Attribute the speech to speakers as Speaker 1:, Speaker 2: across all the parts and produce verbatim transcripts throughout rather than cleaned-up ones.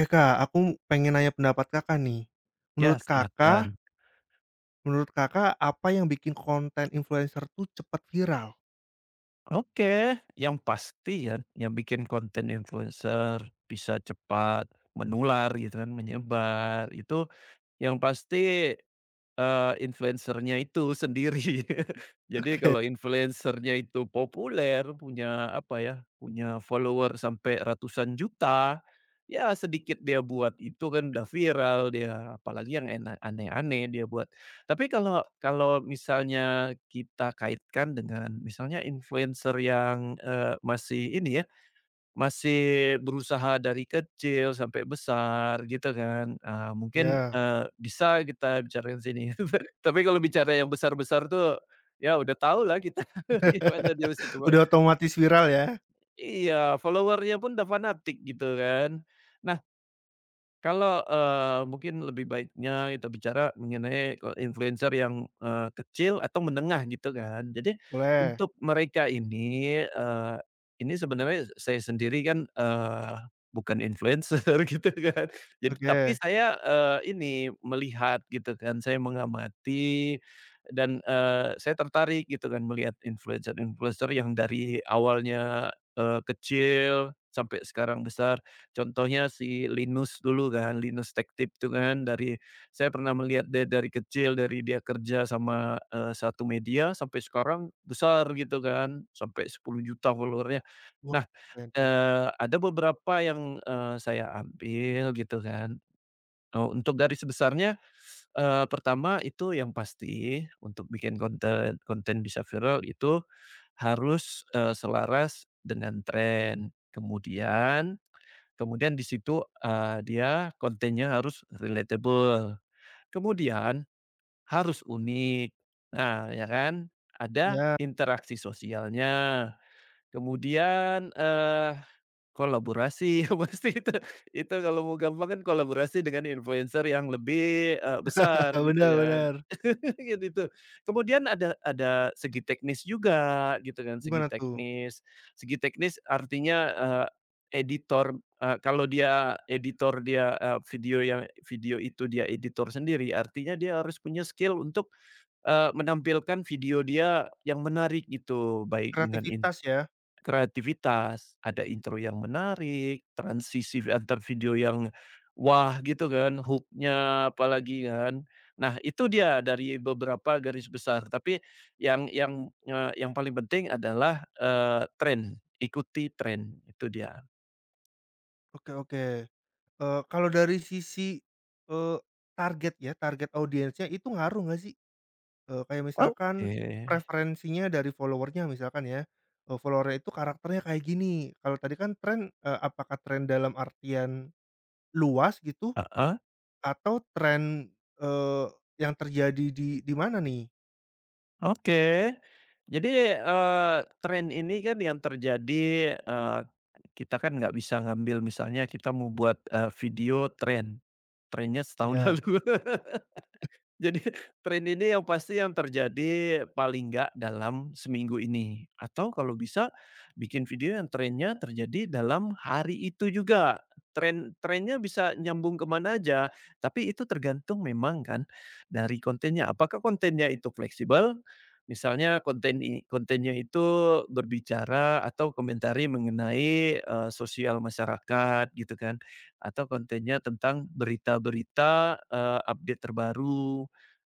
Speaker 1: Eh, Kak, aku pengen nanya pendapat Kakak nih.
Speaker 2: Ya
Speaker 1: Menurut Kakak
Speaker 2: silakan.
Speaker 1: menurut Kakak apa yang bikin konten influencer tuh cepat viral?
Speaker 2: Oke, yang pasti ya, yang bikin konten influencer bisa cepat menular gitu kan, menyebar, itu yang pasti, eee, influencer itu sendiri. Jadi
Speaker 1: Oke,
Speaker 2: kalau influencer itu populer, punya apa ya, punya follower sampai ratusan juta, ya sedikit dia buat itu kan udah viral dia, apalagi yang enak aneh-aneh dia buat. Tapi kalau kalau misalnya kita kaitkan dengan misalnya influencer yang, eee, masih ini ya, masih berusaha dari kecil sampai besar gitu kan, eee, mungkin,
Speaker 1: ya.
Speaker 2: eee, bisa kita bicarain sini. Tapi kalau bicara yang besar-besar tuh, ya udah tahulah kita gimana dia bisa coba
Speaker 1: Udah otomatis viral ya?
Speaker 2: iya, follower-nya pun udah fanatik gitu kan. Nah, kalau, eee, mungkin lebih baiknya kita bicara mengenai, eee, influencer yang, eee, kecil atau menengah gitu kan. Jadi
Speaker 1: Boleh,
Speaker 2: untuk mereka ini, eee, ini sebenarnya saya sendiri kan, eee, bukan influencer gitu kan. Jadi tapi
Speaker 1: oke.
Speaker 2: saya, eee, ini melihat gitu kan, saya mengamati dan, eee, saya tertarik gitu kan melihat influencer-influencer yang dari awalnya, eee, kecil sampai sekarang besar. Contohnya si Linus dulu kan, Linus Tech Tip itu kan dari saya pernah melihat dia dari kecil, dari dia kerja sama, eee, satu media sampai sekarang besar gitu kan, sampai 10.000.000 juta followernya.
Speaker 1: Wah,
Speaker 2: Nah,
Speaker 1: keren tuh.
Speaker 2: eee, ada beberapa yang, eee, saya ambil gitu kan. Oh, untuk garis besarnya, eee, pertama itu yang pasti untuk bikin konten konten bisa viral itu harus, eee, selaras dengan tren. Kemudian Kemudian di situ, eee, dia kontennya harus relatable, kemudian harus unik. Nah, ya kan? Ada
Speaker 1: Ya,
Speaker 2: interaksi sosialnya, kemudian, eee kolaborasi, pasti itu itu kalau mau gampang kan kolaborasi dengan influencer yang lebih, eee, besar gitu kan.
Speaker 1: benar-benar.
Speaker 2: Gitu itu. Kemudian ada ada segi teknis juga gitu kan, segi
Speaker 1: Gimana tuh?
Speaker 2: teknis. Segi teknis artinya, eee, editor, eee, kalau dia editor dia, eee, video yang video itu dia editor sendiri, artinya dia harus punya skill untuk, eee, menampilkan video dia yang menarik gitu, baik dengan
Speaker 1: Kreativitas ya?
Speaker 2: kreativitas, ada intro yang menarik, transisi antar video yang wah gitu kan, hooknya, apalagi kan. Nah itu dia dari beberapa garis besar, tapi yang yang, eee, yang paling penting adalah, eee, tren, ikuti tren, itu dia.
Speaker 1: Oke oke. Eee, kalau dari sisi, eee, target ya, target audiensnya itu ngaruh nggak sih? Eee, kayak
Speaker 2: Oh.
Speaker 1: misalkan
Speaker 2: Oke,
Speaker 1: preferensinya dari follower-nya misalkan ya, eee, follower-nya itu karakternya kayak gini. Kalau tadi kan tren, eee, apakah tren dalam artian luas gitu
Speaker 2: heeh,
Speaker 1: atau tren, eee, yang terjadi di di mana nih?
Speaker 2: oke. Jadi, eee, tren ini kan yang terjadi, eee, kita kan nggak bisa ngambil misalnya kita mau buat, eee, video tren, trennya setahun
Speaker 1: Ya,
Speaker 2: lalu. Jadi tren ini yang pasti yang terjadi paling nggak dalam seminggu ini atau kalau bisa bikin video yang trennya terjadi dalam hari itu juga. Tren trennya bisa nyambung kemana aja, tapi itu tergantung memang kan dari kontennya. Apakah kontennya itu fleksibel? Misalnya konten i kontennya itu berbicara atau komentari mengenai, eee, sosial masyarakat gitu kan, atau kontennya tentang berita-berita, eee, update terbaru.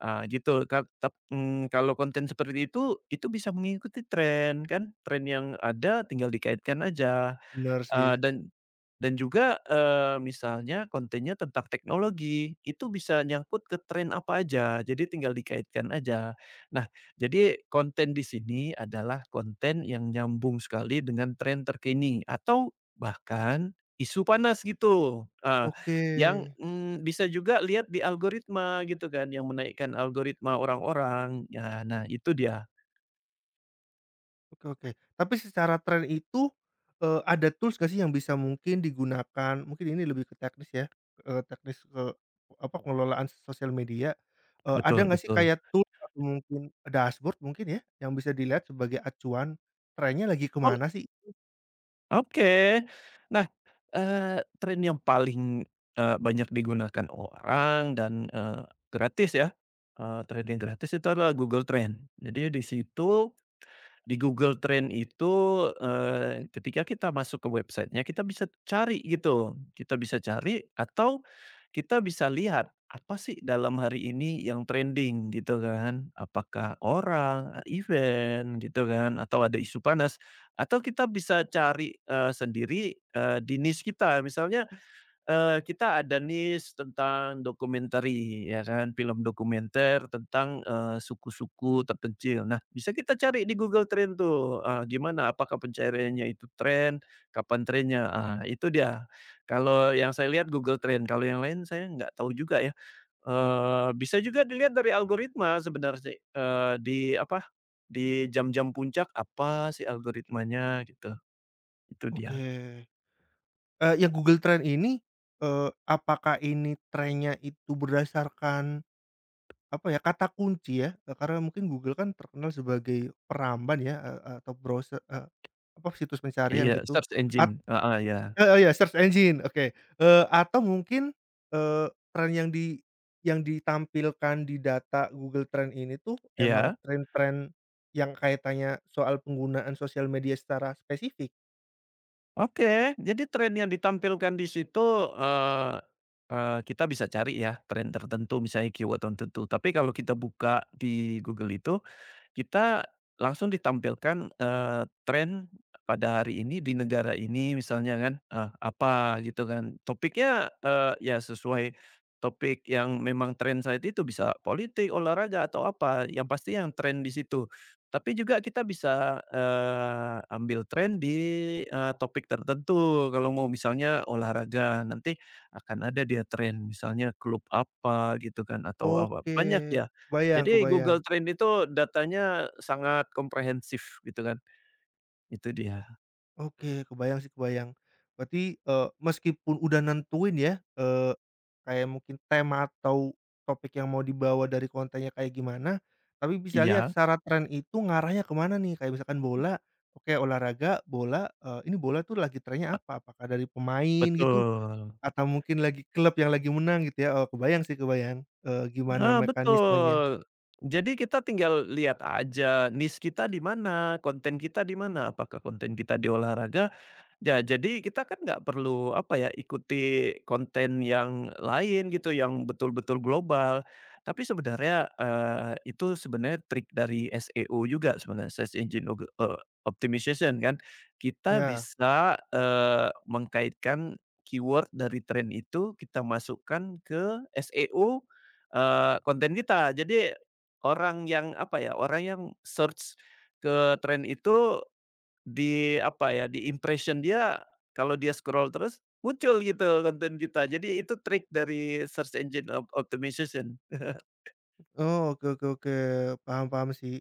Speaker 2: Ah, gitu Kak, tap mmm, kalau konten seperti itu, itu bisa mengikuti tren kan, tren yang ada tinggal dikaitkan aja.
Speaker 1: bener
Speaker 2: Eee,
Speaker 1: sih.
Speaker 2: dan dan juga, eee, misalnya kontennya tentang teknologi, itu bisa nyangkut ke tren apa aja, jadi tinggal dikaitkan aja. Nah, jadi konten di sini adalah konten yang nyambung sekali dengan tren terkini atau bahkan isu panas gitu, eee,
Speaker 1: Oke.
Speaker 2: yang, mmm, bisa juga lihat di algoritma gitu kan, yang menaikkan algoritma orang-orang, ya, nah itu dia,
Speaker 1: Oke oke. Tapi secara tren itu, eee, ada tools nggak sih yang bisa mungkin digunakan mungkin ini lebih ke teknis ya, eee, teknis ke apa, pengelolaan sosial media, eee, ada
Speaker 2: betul,
Speaker 1: nggak sih
Speaker 2: betul.
Speaker 1: kayak tools atau mungkin dashboard mungkin ya, yang bisa dilihat sebagai acuan trennya lagi kemana sih?
Speaker 2: Oke. Nah, eee, tren yang paling, eee, banyak digunakan orang dan, eee, gratis ya, eee, trend yang gratis itu adalah Google Trend. Jadi di situ, di Google Trend itu, eee, ketika kita masuk ke websitenya kita bisa cari gitu, kita bisa cari atau kita bisa lihat apa sih dalam hari ini yang trending gitu kan. Apakah orang, event gitu kan atau ada isu panas atau kita bisa cari, eee, sendiri, eee, di niche kita. Misalnya, Eee, kita ada nis tentang documentary ya kan, film dokumenter tentang, eee, suku-suku terpencil. Nah, bisa kita cari di Google Trend tuh, eee, gimana apakah pencariannya itu tren, kapan trennya, ah, itu dia. Kalau yang saya lihat Google Trend, kalau yang lain saya nggak tahu juga ya. Eee, bisa juga dilihat dari algoritma sebenarnya, eee, di apa, di jam-jam puncak apa sih algoritmanya gitu, itu dia.
Speaker 1: Oke. Eee, yang Google Trend ini, eee, apakah ini trennya itu berdasarkan apa ya, kata kunci ya, eee, karena mungkin Google kan terkenal sebagai peramban ya, eee, eee, atau browser eee, apa, situs pencarian
Speaker 2: Iya,
Speaker 1: gitu
Speaker 2: search
Speaker 1: at
Speaker 2: engine. Ah, ah, ya.
Speaker 1: heeh, ya search engine, oke, eee, atau mungkin, eee, tren yang di yang ditampilkan di data Google Trend ini tuh emang
Speaker 2: Iya?
Speaker 1: tren-tren yang kaitannya soal penggunaan sosial media secara spesifik?
Speaker 2: Oke, jadi tren yang ditampilkan di situ, eee eee, kita bisa cari ya tren tertentu misalnya keyword tertentu, tapi kalau kita buka di Google itu, kita langsung ditampilkan, eee, tren pada hari ini di negara ini misalnya kan, eee, apa gitu kan. Topiknya, eee, ya sesuai topik yang memang tren saat itu bisa politik, olahraga, atau apa, yang pasti yang tren di situ. Tapi juga kita bisa, eee, ambil tren di, eee, topik tertentu kalau mau misalnya olahraga nanti akan ada dia tren misalnya klub apa gitu kan atau apa,
Speaker 1: Oke,
Speaker 2: banyak ya,
Speaker 1: kebayang
Speaker 2: jadi
Speaker 1: kebayang.
Speaker 2: Google Trend itu datanya sangat komprehensif gitu kan, itu dia.
Speaker 1: Oke, kebayang sih, kebayang. Berarti, eee, meskipun udah nentuin ya, eee, kayak mungkin tema atau topik yang mau dibawa dari kontennya kayak gimana, tapi bisa lihat
Speaker 2: Iya,
Speaker 1: secara tren itu ngarahnya kemana nih, kayak misalkan bola, oke olahraga, bola, eee, ini bola tuh lagi trennya apa? Apakah dari pemain gitu,
Speaker 2: betul.
Speaker 1: atau mungkin lagi klub yang lagi menang gitu ya? Oh, kebayang sih, kebayang, eee, gimana
Speaker 2: Ah,
Speaker 1: mekanismenya.
Speaker 2: betul. Jadi kita tinggal lihat aja niche kita di mana, konten kita di mana, apakah konten kita di olahraga. Ya, jadi kita kan nggak perlu, apa ya, ikuti konten yang lain gitu, yang betul-betul global. Tapi sebenarnya, eee, itu sebenarnya trik dari seo juga sebenarnya, Search Engine Oge eee, Optimization kan. Kita
Speaker 1: Ya.
Speaker 2: bisa, eee, mengkaitkan keyword dari tren itu, kita masukkan ke seo, eee, konten kita. Jadi orang yang, apa ya, orang yang search ke tren itu, di apa ya, di impression dia kalau dia scroll terus muncul gitu konten kita. Jadi itu trik dari search engine op optimization.
Speaker 1: Oh, oke oke oke, paham paham sih.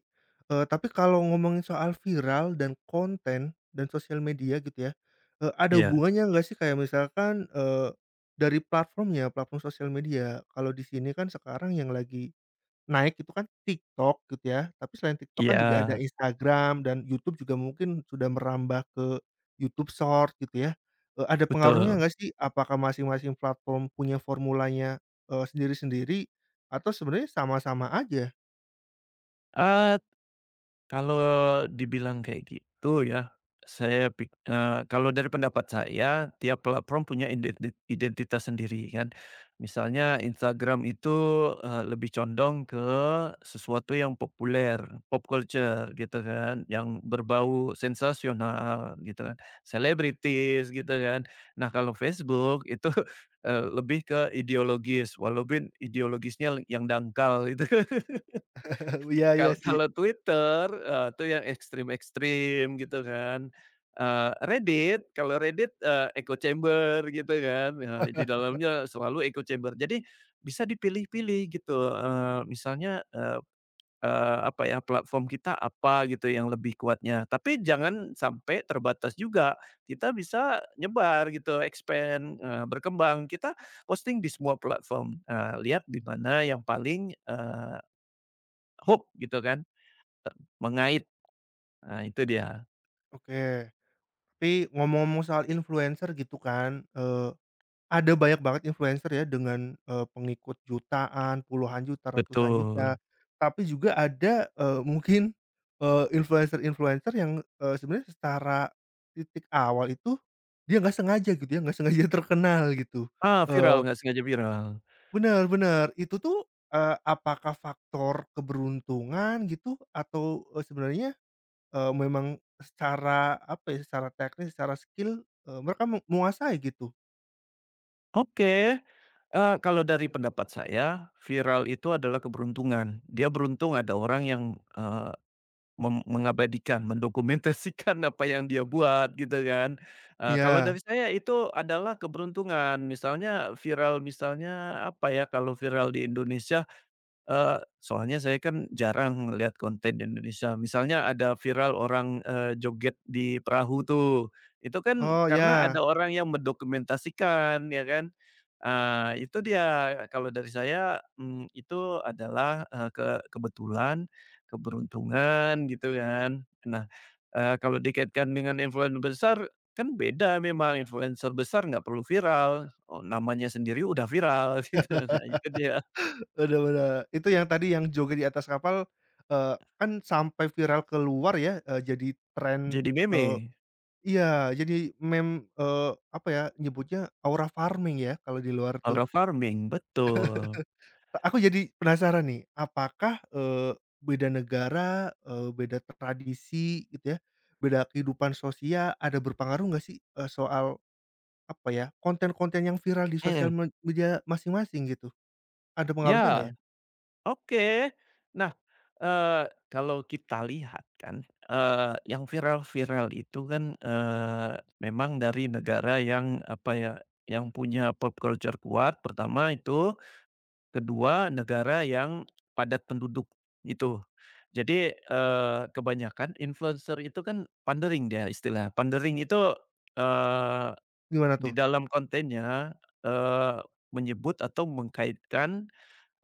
Speaker 1: Eee, tapi kalau ngomongin soal viral dan konten dan sosial media gitu ya, eee, ada
Speaker 2: Iya,
Speaker 1: hubungannya nggak sih kayak misalkan, eee, dari platformnya, platform sosial media? Kalau di sini kan sekarang yang lagi naik itu kan TikTok gitu ya, tapi selain TikTok kan juga ada
Speaker 2: iya,
Speaker 1: Instagram dan YouTube juga mungkin sudah merambah ke YouTube Short gitu ya, eee, ada pengaruhnya
Speaker 2: betul.
Speaker 1: nggak sih? Apakah masing-masing platform punya formulanya, eee, sendiri-sendiri atau sebenarnya sama-sama aja?
Speaker 2: Eee Kalau dibilang kayak gitu ya, saya pik eee, kalau dari pendapat saya, tiap platform punya identi identitas sendiri kan. Misalnya Instagram itu, eee, lebih condong ke sesuatu yang populer, pop culture gitu kan, yang berbau sensasional gitu kan, selebritis gitu kan. Nah kalau Facebook itu, eee, lebih ke ideologis, walaupun ideologisnya yang dangkal itu.
Speaker 1: Iya iya
Speaker 2: Kal
Speaker 1: sih.
Speaker 2: kalau Twitter, eee, itu yang ekstrim-ekstrim gitu kan, eee, Reddit, kalau Reddit, eee, echo chamber gitu kan, eee, di dalamnya selalu echo chamber. Jadi bisa dipilih-pilih gitu, eee, misalnya, eee eee, apa ya, platform kita apa gitu yang lebih kuatnya, tapi jangan sampai terbatas juga. Kita bisa nyebar gitu, expand, eee, berkembang. Kita posting di semua platform, eee, lihat di mana yang paling, eee, hook gitu kan, mengait. Nah itu dia,
Speaker 1: Oke, tapi ngomong-ngomong soal influencer gitu kan, eee ada banyak banget influencer ya dengan, eee, pengikut jutaan, puluhan juta, ratusan juta,
Speaker 2: betul.
Speaker 1: tapi juga ada, eee, mungkin, eee, influencer-influencer yang, eee, sebenarnya secara titik awal itu dia nggak sengaja gitu ya, nggak sengaja terkenal gitu,
Speaker 2: Ah, viral,
Speaker 1: eee
Speaker 2: nggak sengaja viral.
Speaker 1: benar bener, itu tuh, eee, apakah faktor keberuntungan gitu atau, eee, sebenarnya, eee, memang secara apa ya, secara teknis, secara skill, eee, mereka menguasai gitu?
Speaker 2: Oke, eee, kalau dari pendapat saya, viral itu adalah keberuntungan. Dia beruntung ada orang yang, eee, mem mengabadikan, mendokumentasikan apa yang dia buat gitu kan. Eee, kalau
Speaker 1: Ya,
Speaker 2: dari saya itu adalah keberuntungan. Misalnya viral misalnya apa ya, kalau viral di Indonesia. Eee, soalnya saya kan jarang ngelihat konten di Indonesia. Misalnya ada viral orang, eee, joget di perahu tuh, itu kan
Speaker 1: oh
Speaker 2: karena
Speaker 1: ya.
Speaker 2: ada orang yang mendokumentasikan, ya kan? Ah, itu dia, kalau dari saya, mmm, itu adalah, eee, ke kebetulan, keberuntungan, gitu kan. Nah, eee, kalau dikaitkan dengan influencer besar, kan beda memang. Influencer besar nggak perlu viral, o namanya sendiri udah viral, gitu. Nah, itu dia,
Speaker 1: Bener bener. Itu yang tadi yang joget di atas kapal, eee, kan sampai viral keluar ya, eee, jadi tren,
Speaker 2: jadi
Speaker 1: eee
Speaker 2: meme.
Speaker 1: iya, jadi meme, eee, apa ya, nyebutnya aura farming ya kalau di luar tuh.
Speaker 2: Aura farming, betul.
Speaker 1: Aku jadi penasaran nih, apakah, eee, beda negara, eee, beda tradisi gitu ya, beda kehidupan sosial ada berpengaruh nggak sih, eee, soal apa ya, konten-konten yang viral di sosial
Speaker 2: Mhm,
Speaker 1: med media masing-masing gitu? Ada pengaruhnya nggak
Speaker 2: ya,
Speaker 1: ya?
Speaker 2: oke. Nah, eee, kalau kita lihat kan, eee, yang viral-viral itu kan, eee, memang dari negara yang, apa ya, yang punya pop culture kuat, pertama itu, kedua negara yang padat penduduk, itu. Jadi, eee, kebanyakan influencer itu kan pandering dia, istilah pandering itu. eee
Speaker 1: Gimana
Speaker 2: Di
Speaker 1: tuh?
Speaker 2: dalam kontennya, eee, menyebut atau mengkaitkan,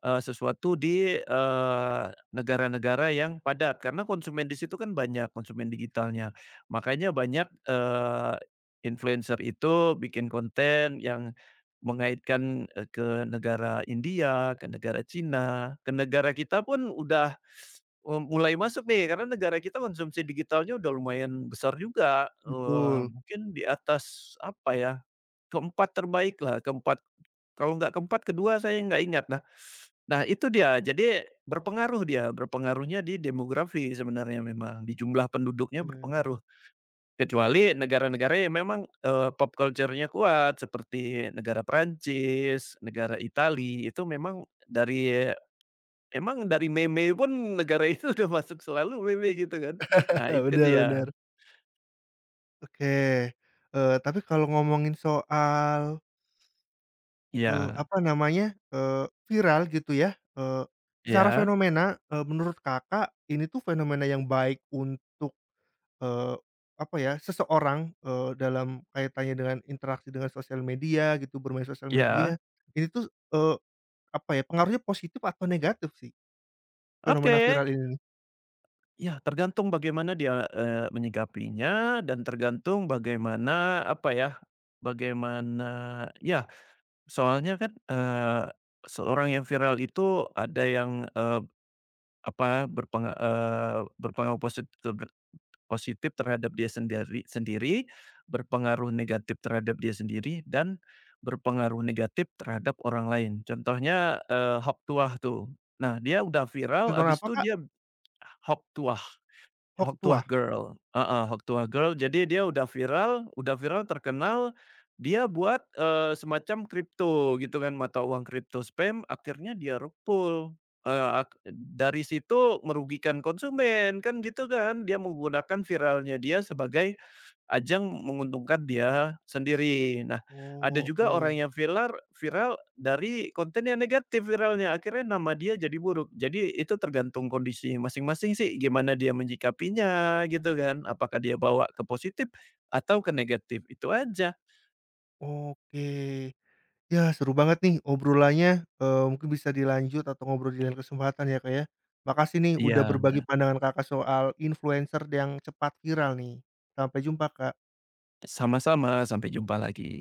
Speaker 2: eee, sesuatu di, eee, negara-negara yang padat. Karena konsumen di situ kan banyak, konsumen digitalnya. Makanya banyak, eee, influencer itu bikin konten yang mengaitkan, eee, ke negara India, ke negara Cina, ke negara kita pun udah, eee, mulai masuk nih, karena negara kita konsumsi digitalnya udah lumayan besar juga, eee,
Speaker 1: Betul.
Speaker 2: mungkin di atas apa ya, keempat terbaik lah, keempat. Kalau nggak keempat, kedua, saya nggak ingat. Nah nah itu dia, jadi berpengaruh dia, berpengaruhnya di demografi sebenarnya memang, di jumlah penduduknya
Speaker 1: Iya.
Speaker 2: berpengaruh. Kecuali negara-negara yang memang, eee, pop culture-nya kuat seperti negara Prancis, negara Italia, itu memang dari emang dari meme pun negara itu udah masuk selalu meme gitu kan. Nah
Speaker 1: Eee,
Speaker 2: itu
Speaker 1: bener
Speaker 2: dia.
Speaker 1: bener. Oke, eee, tapi kalau ngomongin soal, eee,
Speaker 2: Ya,
Speaker 1: apa namanya, eee, viral gitu ya, eee, secara
Speaker 2: ya,
Speaker 1: fenomena, eee, menurut Kakak ini tuh fenomena yang baik untuk, eee, apa ya, seseorang, eee, dalam kaitannya dengan interaksi dengan sosial media gitu, bermain sosial media,
Speaker 2: ya.
Speaker 1: ini tuh, eee, apa ya, pengaruhnya positif atau negatif sih, fenomena
Speaker 2: Oke.
Speaker 1: viral ini nih?
Speaker 2: Ya, tergantung bagaimana dia, eee, menyikapinya dan tergantung bagaimana, apa ya, bagaimana ya, soalnya kan, eee, seorang yang viral itu ada yang, eee, apa, berpenga eee, berpengaruh posit positif terhadap dia sendiri sendiri, berpengaruh negatif terhadap dia sendiri, dan berpengaruh negatif terhadap orang lain. Contohnya, eee, Hock Tuah tuh. Nah, dia udah viral,
Speaker 1: Konten
Speaker 2: abis
Speaker 1: apa
Speaker 2: itu
Speaker 1: Kak?
Speaker 2: dia Hock Tuah.
Speaker 1: Hock
Speaker 2: Hok Hoktuah
Speaker 1: Tuah?
Speaker 2: Girl, heeh, Hoktuah Girl. Jadi dia udah viral, udah viral, terkenal, dia buat, eee, semacam kripto gitu kan, mata uang kripto spam, akhirnya dia rupul, eee, ak dari situ merugikan konsumen, kan gitu kan. Dia menggunakan viralnya dia sebagai ajang menguntungkan dia sendiri. Nah, ada
Speaker 1: Oh,
Speaker 2: juga
Speaker 1: oke,
Speaker 2: orang yang viral, viral dari konten yang negatif viralnya, akhirnya nama dia jadi buruk. Jadi itu tergantung kondisi masing-masing sih, gimana dia menyikapinya gitu kan, apakah dia bawa ke positif atau ke negatif, itu aja.
Speaker 1: oke. Ya, seru banget nih obrolannya, eee, mungkin bisa dilanjut atau ngobrol di lain kesempatan ya, Kak, ya. Makasih nih udah
Speaker 2: Iya,
Speaker 1: berbagi pandangan Kakak soal influencer yang cepat viral nih. Sampai jumpa, Kak.
Speaker 2: sama-sama, sampai jumpa lagi.